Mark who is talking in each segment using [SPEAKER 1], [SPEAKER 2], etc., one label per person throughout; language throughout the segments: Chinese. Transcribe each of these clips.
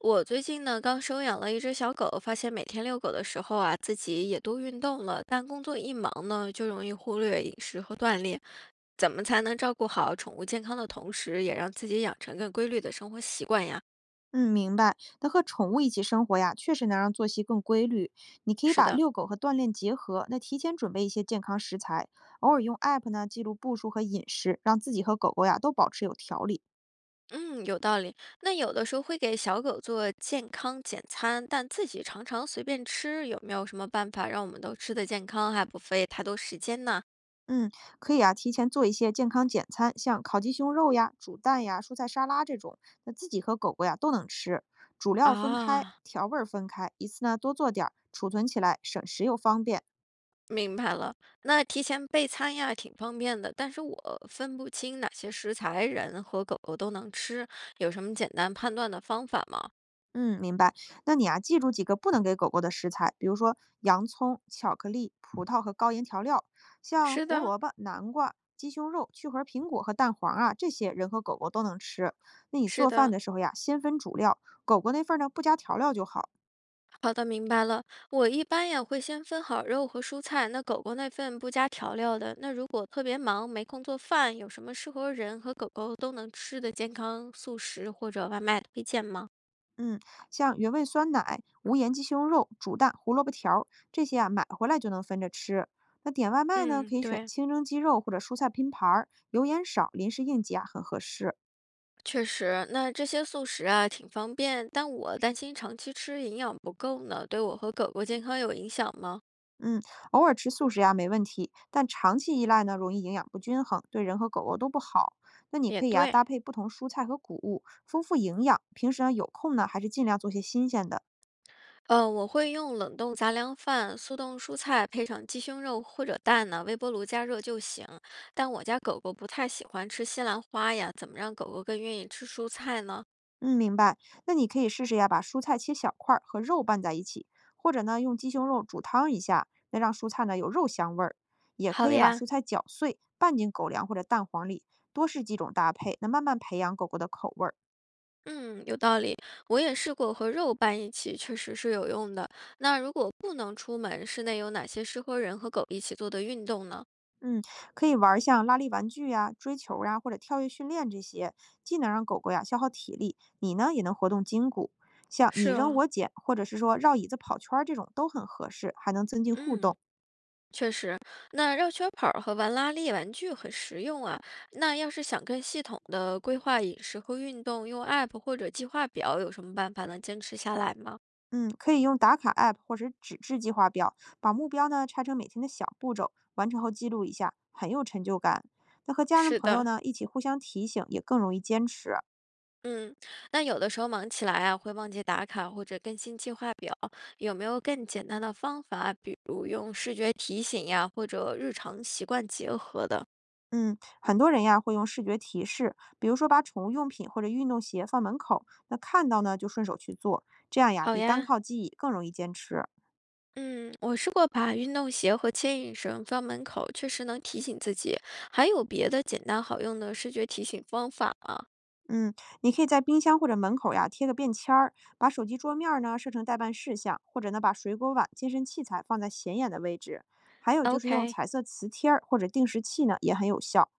[SPEAKER 1] 我最近呢刚收养了一只小狗，发现每天遛狗的时候啊，自己也多运动了，但工作一忙呢，就容易忽略饮食和锻炼。怎么才能照顾好宠物健康的同时，也让自己养成更规律的生活习惯呀？
[SPEAKER 2] 嗯，明白。那和宠物一起生活呀，确实能让作息更规律。你可以
[SPEAKER 1] 是
[SPEAKER 2] 把
[SPEAKER 1] 的，
[SPEAKER 2] 遛狗和锻炼结合，那提前准备一些健康食材，偶尔用 app 呢记录步数和饮食，让自己和狗狗呀都保持有条理。
[SPEAKER 1] 嗯，有道理。那有的时候会给小狗做健康简餐，但自己常常随便吃，有没有什么办法让我们都吃得健康，还不费太多时间呢？
[SPEAKER 2] 嗯，可以啊，提前做一些健康简餐，像烤鸡胸肉呀、煮蛋呀、蔬菜沙拉这种，那自己和狗狗呀都能吃。主料分开，
[SPEAKER 1] 啊，
[SPEAKER 2] 调味儿分开，一次呢多做点儿，储存起来省时又方便。
[SPEAKER 1] 明白了，那提前备餐呀，挺方便的。但是我分不清哪些食材人和狗狗都能吃，有什么简单判断的方法吗？
[SPEAKER 2] 嗯，明白。那你啊，记住几个不能给狗狗的食材，比如说洋葱、巧克力、葡萄和高盐调料，像
[SPEAKER 1] 是
[SPEAKER 2] 胡
[SPEAKER 1] 的，
[SPEAKER 2] 萝卜、南瓜、鸡胸肉、去核苹果和蛋黄啊，这些人和狗狗都能吃。那你
[SPEAKER 1] 是
[SPEAKER 2] 做饭
[SPEAKER 1] 的，
[SPEAKER 2] 的时候呀，先分主料，狗狗那份儿呢不加调料就好。
[SPEAKER 1] 好的，明白了。我一般也会先分好肉和蔬菜，那狗狗那份不加调料的。那如果特别忙没空做饭，有什么适合人和狗狗都能吃的健康速食或者外卖推荐吗？
[SPEAKER 2] 嗯，像原味酸奶、无盐鸡胸肉、煮蛋、胡萝卜条儿这些啊，买回来就能分着吃。那点外卖呢，
[SPEAKER 1] 嗯，
[SPEAKER 2] 可以选
[SPEAKER 1] 对，
[SPEAKER 2] 清蒸鸡肉或者蔬菜拼盘儿，油盐少，临时应急啊，很合适。
[SPEAKER 1] 确实，那这些素食啊挺方便，但我担心长期吃营养不够呢，对我和狗狗健康有影响吗？
[SPEAKER 2] 嗯，偶尔吃素食呀没问题，但长期依赖呢，容易营养不均衡，对人和狗狗都不好。那你
[SPEAKER 1] 也
[SPEAKER 2] 可以呀
[SPEAKER 1] 对，
[SPEAKER 2] 搭配不同蔬菜和谷物，丰富营养。平时呢有空呢，还是尽量做些新鲜的。
[SPEAKER 1] 我会用冷冻杂粮饭、速冻蔬菜配上鸡胸肉或者蛋呢，微波炉加热就行。但我家狗狗不太喜欢吃西兰花呀，怎么让狗狗更愿意吃蔬菜呢？
[SPEAKER 2] 嗯，明白。那你可以试试呀，把蔬菜切小块儿和肉拌在一起，或者呢用鸡胸肉煮汤一下，那让蔬菜呢有肉香味儿。也可
[SPEAKER 1] 好
[SPEAKER 2] 以把
[SPEAKER 1] 呀。
[SPEAKER 2] 蔬菜搅碎拌进狗粮或者蛋黄里，多试几种搭配，那慢慢培养狗狗的口味儿。
[SPEAKER 1] 嗯，有道理。我也试过和肉拌一起，确实是有用的。那如果不能出门，室内有哪些适合人和狗一起做的运动呢？
[SPEAKER 2] 嗯，可以玩儿像拉力玩具呀、追球呀、或者跳跃训练这些，既能让狗狗呀消耗体力，你呢也能活动筋骨。像你
[SPEAKER 1] 是
[SPEAKER 2] 扔
[SPEAKER 1] 哦，
[SPEAKER 2] 我捡，或者是说绕椅子跑圈儿这种都很合适，还能增进互
[SPEAKER 1] 嗯，
[SPEAKER 2] 动。
[SPEAKER 1] 确实，那绕圈跑儿和玩拉力玩具很实用啊。那要是想更系统的规划饮食和运动，用 App 或者计划表，有什么办法能坚持下来吗？
[SPEAKER 2] 嗯，可以用打卡 app 或者是纸质计划表，把目标呢拆成每天的小步骤，完成后记录一下，很有成就感。那和家人
[SPEAKER 1] 是
[SPEAKER 2] 朋友
[SPEAKER 1] 的，
[SPEAKER 2] 呢一起互相提醒，也更容易坚持。
[SPEAKER 1] 嗯，那有的时候忙起来啊，会忘记打卡或者更新计划表，有没有更简单的方法？比如用视觉提醒呀，或者日常习惯结合的。
[SPEAKER 2] 嗯，很多人呀会用视觉提示，比如说把宠物用品或者运动鞋放门口，那看到呢就顺手去做，这样呀
[SPEAKER 1] 好
[SPEAKER 2] 比单
[SPEAKER 1] 呀，
[SPEAKER 2] 靠记忆更容易坚持。
[SPEAKER 1] 嗯，我试过把运动鞋和牵引绳放门口，确实能提醒自己。还有别的简单好用的视觉提醒方法吗
[SPEAKER 2] 嗯，你可以在冰箱或者门口呀贴个便签儿，把手机桌面儿呢设成待办事项，或者呢把水果碗、健身器材放在显眼的位置。还有就是用
[SPEAKER 1] ？OK，
[SPEAKER 2] 彩色磁贴儿或者定时器呢也很有效。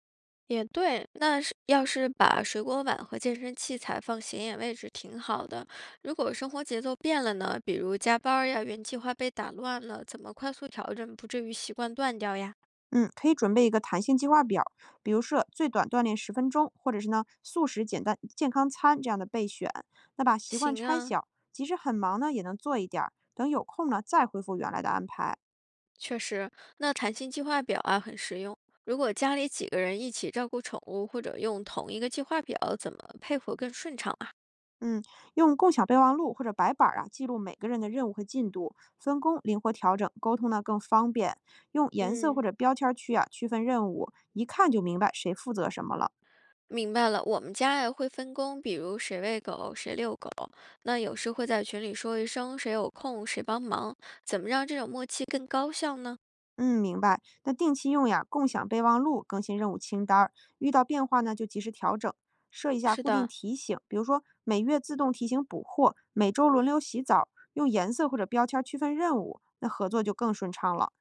[SPEAKER 1] 也对。那是要是把水果碗和健身器材放显眼位置，挺好的。如果生活节奏变了呢？比如加班儿呀，原计划被打乱了，怎么快速调整，不至于习惯断掉呀？
[SPEAKER 2] 嗯，可以准备一个弹性计划表，比如说最短锻炼10分钟，或者是呢素食简单健康餐这样的备选。那把习惯
[SPEAKER 1] 行
[SPEAKER 2] 拆
[SPEAKER 1] 啊，
[SPEAKER 2] 小，即使很忙呢也能做一点儿，等有空呢再恢复原来的安排。
[SPEAKER 1] 确实，那弹性计划表啊很实用。如果家里几个人一起照顾宠物，或者用同一个计划表，怎么配合更顺畅啊？
[SPEAKER 2] 嗯，用共享备忘录或者白板儿啊记录每个人的任务和进度，分工灵活调整，沟通呢更方便。用颜色或
[SPEAKER 1] 嗯，
[SPEAKER 2] 者标签儿区分任务，一看就明白谁负责什么了。
[SPEAKER 1] 明白了，我们家也会分工，比如谁喂狗，谁遛狗。那有时会在群里说一声，谁有空谁帮忙，怎么让这种默契更高效呢？
[SPEAKER 2] 嗯，明白。那定期用呀，共享备忘录，更新任务清单儿，遇到变化呢就及时调整，设一下
[SPEAKER 1] 是
[SPEAKER 2] 固定
[SPEAKER 1] 的，
[SPEAKER 2] 提醒，比如说每月自动提醒补货，每周轮流洗澡，用颜色或者标签儿区分任务，那合作就更顺畅了。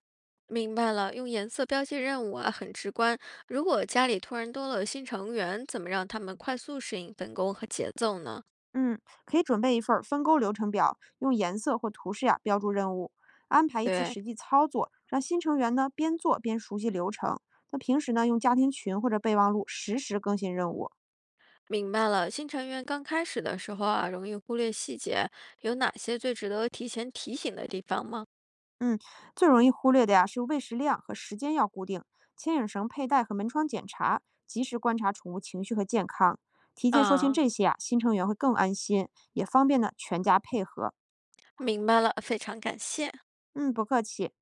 [SPEAKER 1] 明白了，用颜色标记任务啊，很直观。如果家里突然多了新成员，怎么让他们快速适应分工和节奏呢？
[SPEAKER 2] 嗯，可以准备一份儿分工流程表，用颜色或图示呀标注任务，安排一次
[SPEAKER 1] 对。
[SPEAKER 2] 实际操作，让新成员呢边做边熟悉流程。那平时呢，用家庭群或者备忘录实时更新任务。
[SPEAKER 1] 明白了，新成员刚开始的时候啊，容易忽略细节，有哪些最值得提前提醒的地方吗？
[SPEAKER 2] 嗯，最容易忽略的呀是喂食量和时间要固定，牵引绳佩戴和门窗检查，及时观察宠物情绪和健康，提前说清
[SPEAKER 1] 啊，
[SPEAKER 2] 这些啊，新成员会更安心，也方便呢全家配合。
[SPEAKER 1] 明白了，非常感谢。
[SPEAKER 2] 嗯，不客气。